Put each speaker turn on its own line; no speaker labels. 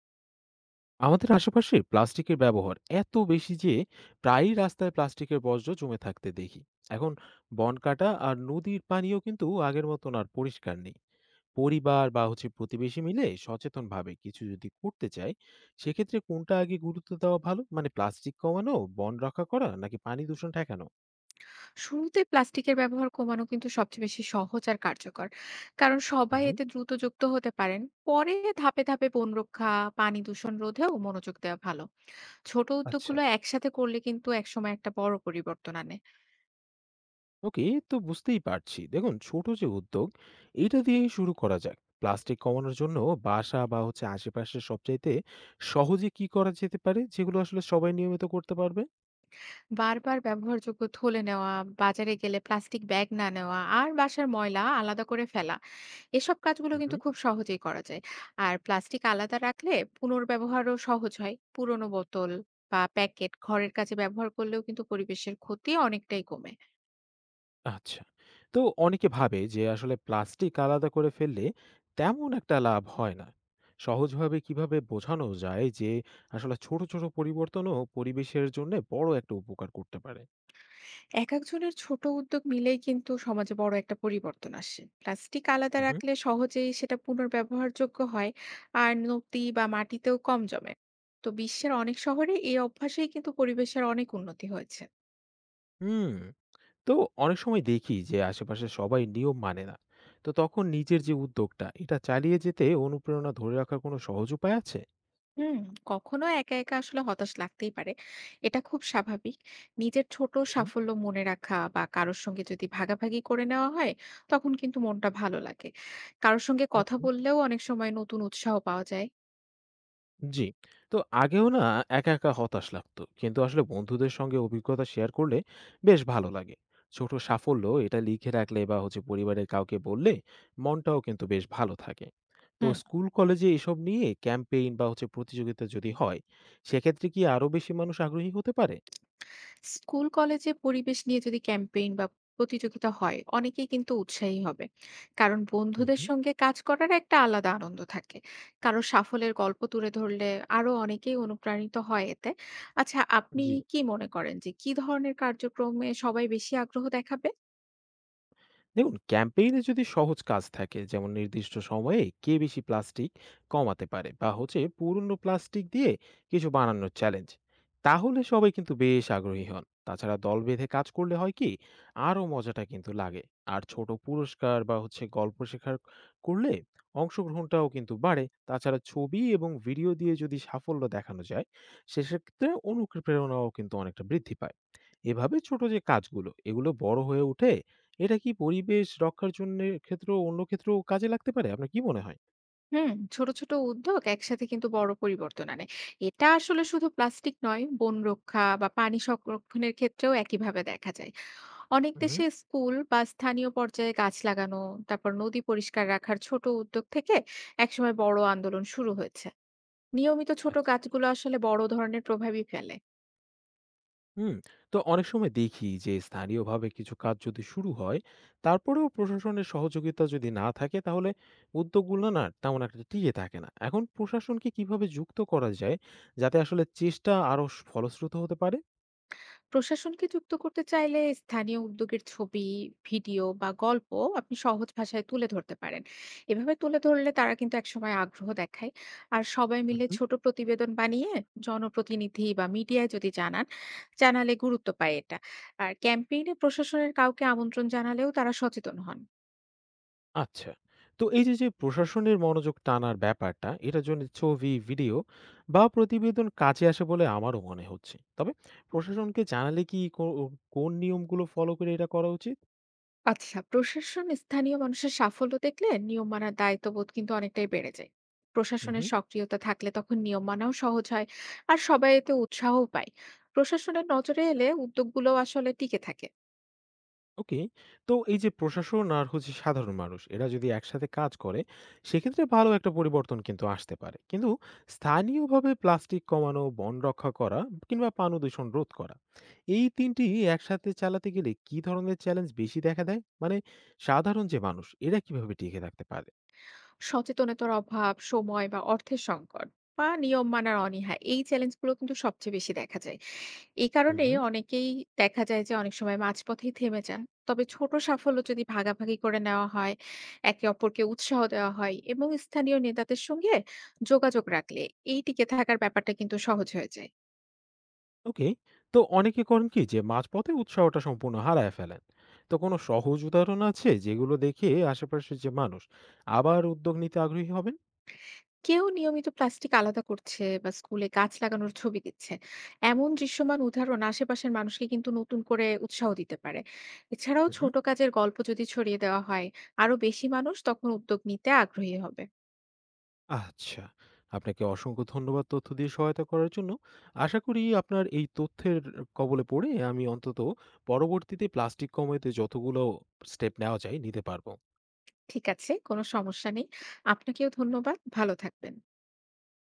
আমাদের আশেপাশে প্লাস্টিকের ব্যবহার এত বেশি যে প্রায়ই রাস্তায় প্লাস্টিকের বর্জ্য জমে থাকতে দেখি। এখন বন কাটা আর নদীর পানিও কিন্তু আগের মতন আর পরিষ্কার নেই। পরিবার বা প্রতিবেশী মিলে সচেতনভাবে কিছু যদি করতে চায়, সেক্ষেত্রে কোনটা আগে গুরুত্ব দেওয়া ভালো? মানে প্লাস্টিক কমানো, বন রক্ষা করা, নাকি পানি দূষণ ঠেকানো?
শুরুতে প্লাস্টিকের ব্যবহার কমানো কিন্তু সবচেয়ে বেশি সহজ আর কার্যকর, কারণ সবাই
হুম,
এতে দ্রুত যুক্ত হতে পারেন। পরে ধাপে ধাপে বন রক্ষা, পানি দূষণ রোধেও মনোযোগ দেওয়া ভালো। ছোট
আচ্ছা,
উদ্যোগগুলো একসাথে করলে কিন্তু একসময় একটা বড় পরিবর্তন আনে।
ওকে। তো বুঝতেই পারছি, দেখুন ছোট যে উদ্যোগ এটা দিয়ে শুরু করা যাক। প্লাস্টিক কমানোর জন্য বাসা বা আশেপাশে সবচাইতে সহজে কি করা যেতে পারে, যেগুলো আসলে সবাই নিয়মিত করতে পারবে?
বারবার ব্যবহারযোগ্য থলে নেওয়া, বাজারে গেলে প্লাস্টিক ব্যাগ না নেওয়া আর বাসার ময়লা আলাদা করে ফেলা। এসব কাজগুলো কিন্তু
হুম,
খুব সহজেই করা যায়। আর প্লাস্টিক আলাদা রাখলে পুনর্ব্যবহারও সহজ হয়। পুরনো বোতল বা প্যাকেট ঘরের কাজে ব্যবহার করলেও কিন্তু পরিবেশের ক্ষতি অনেকটাই কমে।
আচ্ছা। তো অনেকে ভাবে যে আসলে প্লাস্টিক আলাদা করে ফেললে তেমন একটা লাভ হয় না। সহজভাবে কিভাবে বোঝানো যায় যে আসলে ছোট ছোট পরিবর্তনও পরিবেশের জন্য বড় একটা উপকার করতে পারে?
একেকজনের ছোট উদ্যোগ মিলেই কিন্তু সমাজে বড় একটা পরিবর্তন আসে। প্লাস্টিক আলাদা
হুম
রাখলে সহজেই সেটা পুনর্ব্যবহারযোগ্য হয়, আর নদী বা মাটিতেও কম জমে। তো বিশ্বের অনেক শহরে এই অভ্যাসেই কিন্তু পরিবেশের অনেক উন্নতি হয়েছে।
হুম তো অনেক সময় দেখি যে আশেপাশে সবাই নিয়ম মানে না। তো তখন নিজের যে উদ্যোগটা এটা চালিয়ে যেতে অনুপ্রেরণা ধরে রাখার কোনো সহজ উপায় আছে?
হুম, কখনো একা, একা আসলে হতাশ লাগতেই পারে। এটা খুব স্বাভাবিক। নিজের ছোট
হুম,
সাফল্য মনে রাখা বা কারোর সঙ্গে যদি ভাগাভাগি করে নেওয়া হয়, তখন কিন্তু মনটা ভালো লাগে। কারোর সঙ্গে কথা
ওকে,
বললেও অনেক সময় নতুন উৎসাহ পাওয়া যায়।
জি। তো আগেও না, একা একা হতাশ লাগতো, কিন্তু আসলে বন্ধুদের সঙ্গে অভিজ্ঞতা শেয়ার করলে বেশ ভালো লাগে। ছোট সাফল্য এটা লিখে রাখলে বা পরিবারের কাউকে বললে মনটাও কিন্তু বেশ ভালো থাকে। তো
হুম।
স্কুল কলেজে এসব নিয়ে ক্যাম্পেইন বা প্রতিযোগিতা যদি হয়, সেক্ষেত্রে কি আরো বেশি মানুষ আগ্রহী হতে পারে?
স্কুল কলেজে পরিবেশ নিয়ে যদি ক্যাম্পেইন বা প্রতিযোগিতা হয়, অনেকেই কিন্তু উৎসাহী হবে, কারণ
হুম
বন্ধুদের
হুম,
সঙ্গে কাজ করার একটা আলাদা আনন্দ থাকে। কারো সাফল্যের গল্প তুলে ধরলে আরো অনেকেই অনুপ্রাণিত হয় এতে। আচ্ছা, আপনি
জি,
কি মনে করেন যে কি ধরনের কার্যক্রমে সবাই বেশি আগ্রহ দেখাবে?
দেখুন ক্যাম্পেইনে যদি সহজ কাজ থাকে, যেমন নির্দিষ্ট সময়ে কে বেশি প্লাস্টিক কমাতে পারে বা পুরনো প্লাস্টিক দিয়ে কিছু বানানোর চ্যালেঞ্জ, তাহলে সবাই কিন্তু বেশ আগ্রহী হন। তাছাড়া দল বেঁধে কাজ করলে হয় কি, আরও মজাটা কিন্তু লাগে। আর ছোট পুরস্কার বা গল্প শেখার করলে অংশগ্রহণটাও কিন্তু বাড়ে। তাছাড়া ছবি এবং ভিডিও দিয়ে যদি সাফল্য দেখানো যায়, সেক্ষেত্রে অনুপ্রেরণাও কিন্তু অনেকটা বৃদ্ধি পায়। এভাবে ছোট যে কাজগুলো এগুলো বড় হয়ে ওঠে, এটা কি পরিবেশ রক্ষার জন্যে ক্ষেত্রেও অন্য ক্ষেত্রেও কাজে লাগতে পারে? আপনার কি মনে হয়?
হুম, ছোট ছোট উদ্যোগ একসাথে কিন্তু বড় পরিবর্তন আনে। এটা আসলে শুধু প্লাস্টিক নয়, বন রক্ষা বা পানি সংরক্ষণের ক্ষেত্রেও একইভাবে দেখা যায়। অনেক
হুম,
দেশে স্কুল বা স্থানীয় পর্যায়ে গাছ লাগানো, তারপর নদী পরিষ্কার রাখার ছোট উদ্যোগ থেকে একসময় বড় আন্দোলন শুরু হয়েছে। নিয়মিত ছোট
আচ্ছা।
গাছগুলো আসলে বড় ধরনের প্রভাবই ফেলে।
হুম, তো অনেক সময় দেখি যে স্থানীয়ভাবে কিছু কাজ যদি শুরু হয়, তারপরেও প্রশাসনের সহযোগিতা যদি না থাকে, তাহলে উদ্যোগগুলো না তেমন একটা টিকে থাকে না। এখন প্রশাসনকে কিভাবে যুক্ত করা যায় যাতে আসলে চেষ্টা আরো স ফলশ্রুত হতে পারে?
প্রশাসনকে যুক্ত করতে চাইলে স্থানীয় উদ্যোগের ছবি, ভিডিও বা গল্প আপনি সহজ ভাষায় তুলে ধরতে পারেন। এভাবে তুলে ধরলে তারা কিন্তু একসময় আগ্রহ দেখায়। আর সবাই মিলে ছোট প্রতিবেদন বানিয়ে জনপ্রতিনিধি বা মিডিয়ায় যদি জানান, জানালে গুরুত্ব পায় এটা। আর ক্যাম্পেইনে প্রশাসনের কাউকে আমন্ত্রণ জানালেও তারা সচেতন হন।
আচ্ছা। তো এই যে, যে প্রশাসনের মনোযোগ টানার ব্যাপারটা, এটার জন্য ছবি, ভিডিও বা প্রতিবেদন কাজে আসে বলে আমারও মনে হচ্ছে। তবে প্রশাসনকে জানালে কি কো কোন নিয়মগুলো ফলো করে এটা করা উচিত?
আচ্ছা, প্রশাসন স্থানীয় মানুষের সাফল্য দেখলে নিয়ম মানার দায়িত্ববোধ কিন্তু অনেকটাই বেড়ে যায়।
উহু,
প্রশাসনের সক্রিয়তা থাকলে তখন নিয়ম মানাও সহজ হয়, আর সবাই এতে উৎসাহ পায়। প্রশাসনের নজরে এলে উদ্যোগগুলো আসলে টিকে থাকে।
ওকে। তো এই যে প্রশাসন আর হচ্ছে সাধারণ মানুষ এরা যদি একসাথে কাজ করে, সেক্ষেত্রে ভালো একটা পরিবর্তন কিন্তু আসতে পারে। কিন্তু স্থানীয়ভাবে প্লাস্টিক কমানো, বন রক্ষা করা, কিংবা পানি দূষণ রোধ করা, এই ৩ টি একসাথে চালাতে গেলে কি ধরনের চ্যালেঞ্জ বেশি দেখা দেয়? মানে সাধারণ যে মানুষ এরা কিভাবে টিকে থাকতে পারে?
সচেতনতার অভাব, সময় বা অর্থের সংকট বা নিয়ম মানার অনীহা, এই চ্যালেঞ্জগুলো কিন্তু সবচেয়ে বেশি দেখা যায়। এই
হুম,
কারণেই
হুম।
অনেকেই দেখা যায় যে অনেক সময় মাঝপথেই থেমে যান। তবে ছোট সাফল্য যদি ভাগাভাগি করে নেওয়া হয়, একে অপরকে উৎসাহ দেওয়া হয় এবং স্থানীয় নেতাদের সঙ্গে যোগাযোগ রাখলে এই টিকে থাকার ব্যাপারটা কিন্তু সহজ হয়ে যায়।
ওকে। তো অনেকে করেন কি যে মাঝপথে উৎসাহটা সম্পূর্ণ হারায় ফেলেন। তো কোনো সহজ উদাহরণ আছে যেগুলো দেখে আশেপাশের যে মানুষ আবার উদ্যোগ নিতে আগ্রহী হবেন?
কেউ নিয়মিত প্লাস্টিক আলাদা করছে বা স্কুলে গাছ লাগানোর ছবি দিচ্ছে। এমন দৃশ্যমান উদাহরণ আশেপাশের মানুষকে কিন্তু নতুন করে উৎসাহ দিতে পারে। এছাড়াও
হুম, হুম।
ছোট কাজের গল্প যদি ছড়িয়ে দেওয়া হয়, আরো বেশি মানুষ তখন উদ্যোগ নিতে আগ্রহী হবে।
আচ্ছা। আপনাকে অসংখ্য ধন্যবাদ তথ্য দিয়ে সহায়তা করার জন্য। আশা করি আপনার এই তথ্যের কবলে পড়ে আমি অন্তত পরবর্তীতে প্লাস্টিক কমাতে যতগুলো স্টেপ নেওয়া যায় নিতে পারব।
ঠিক আছে, কোনো সমস্যা নেই। আপনাকেও ধন্যবাদ। ভালো থাকবেন।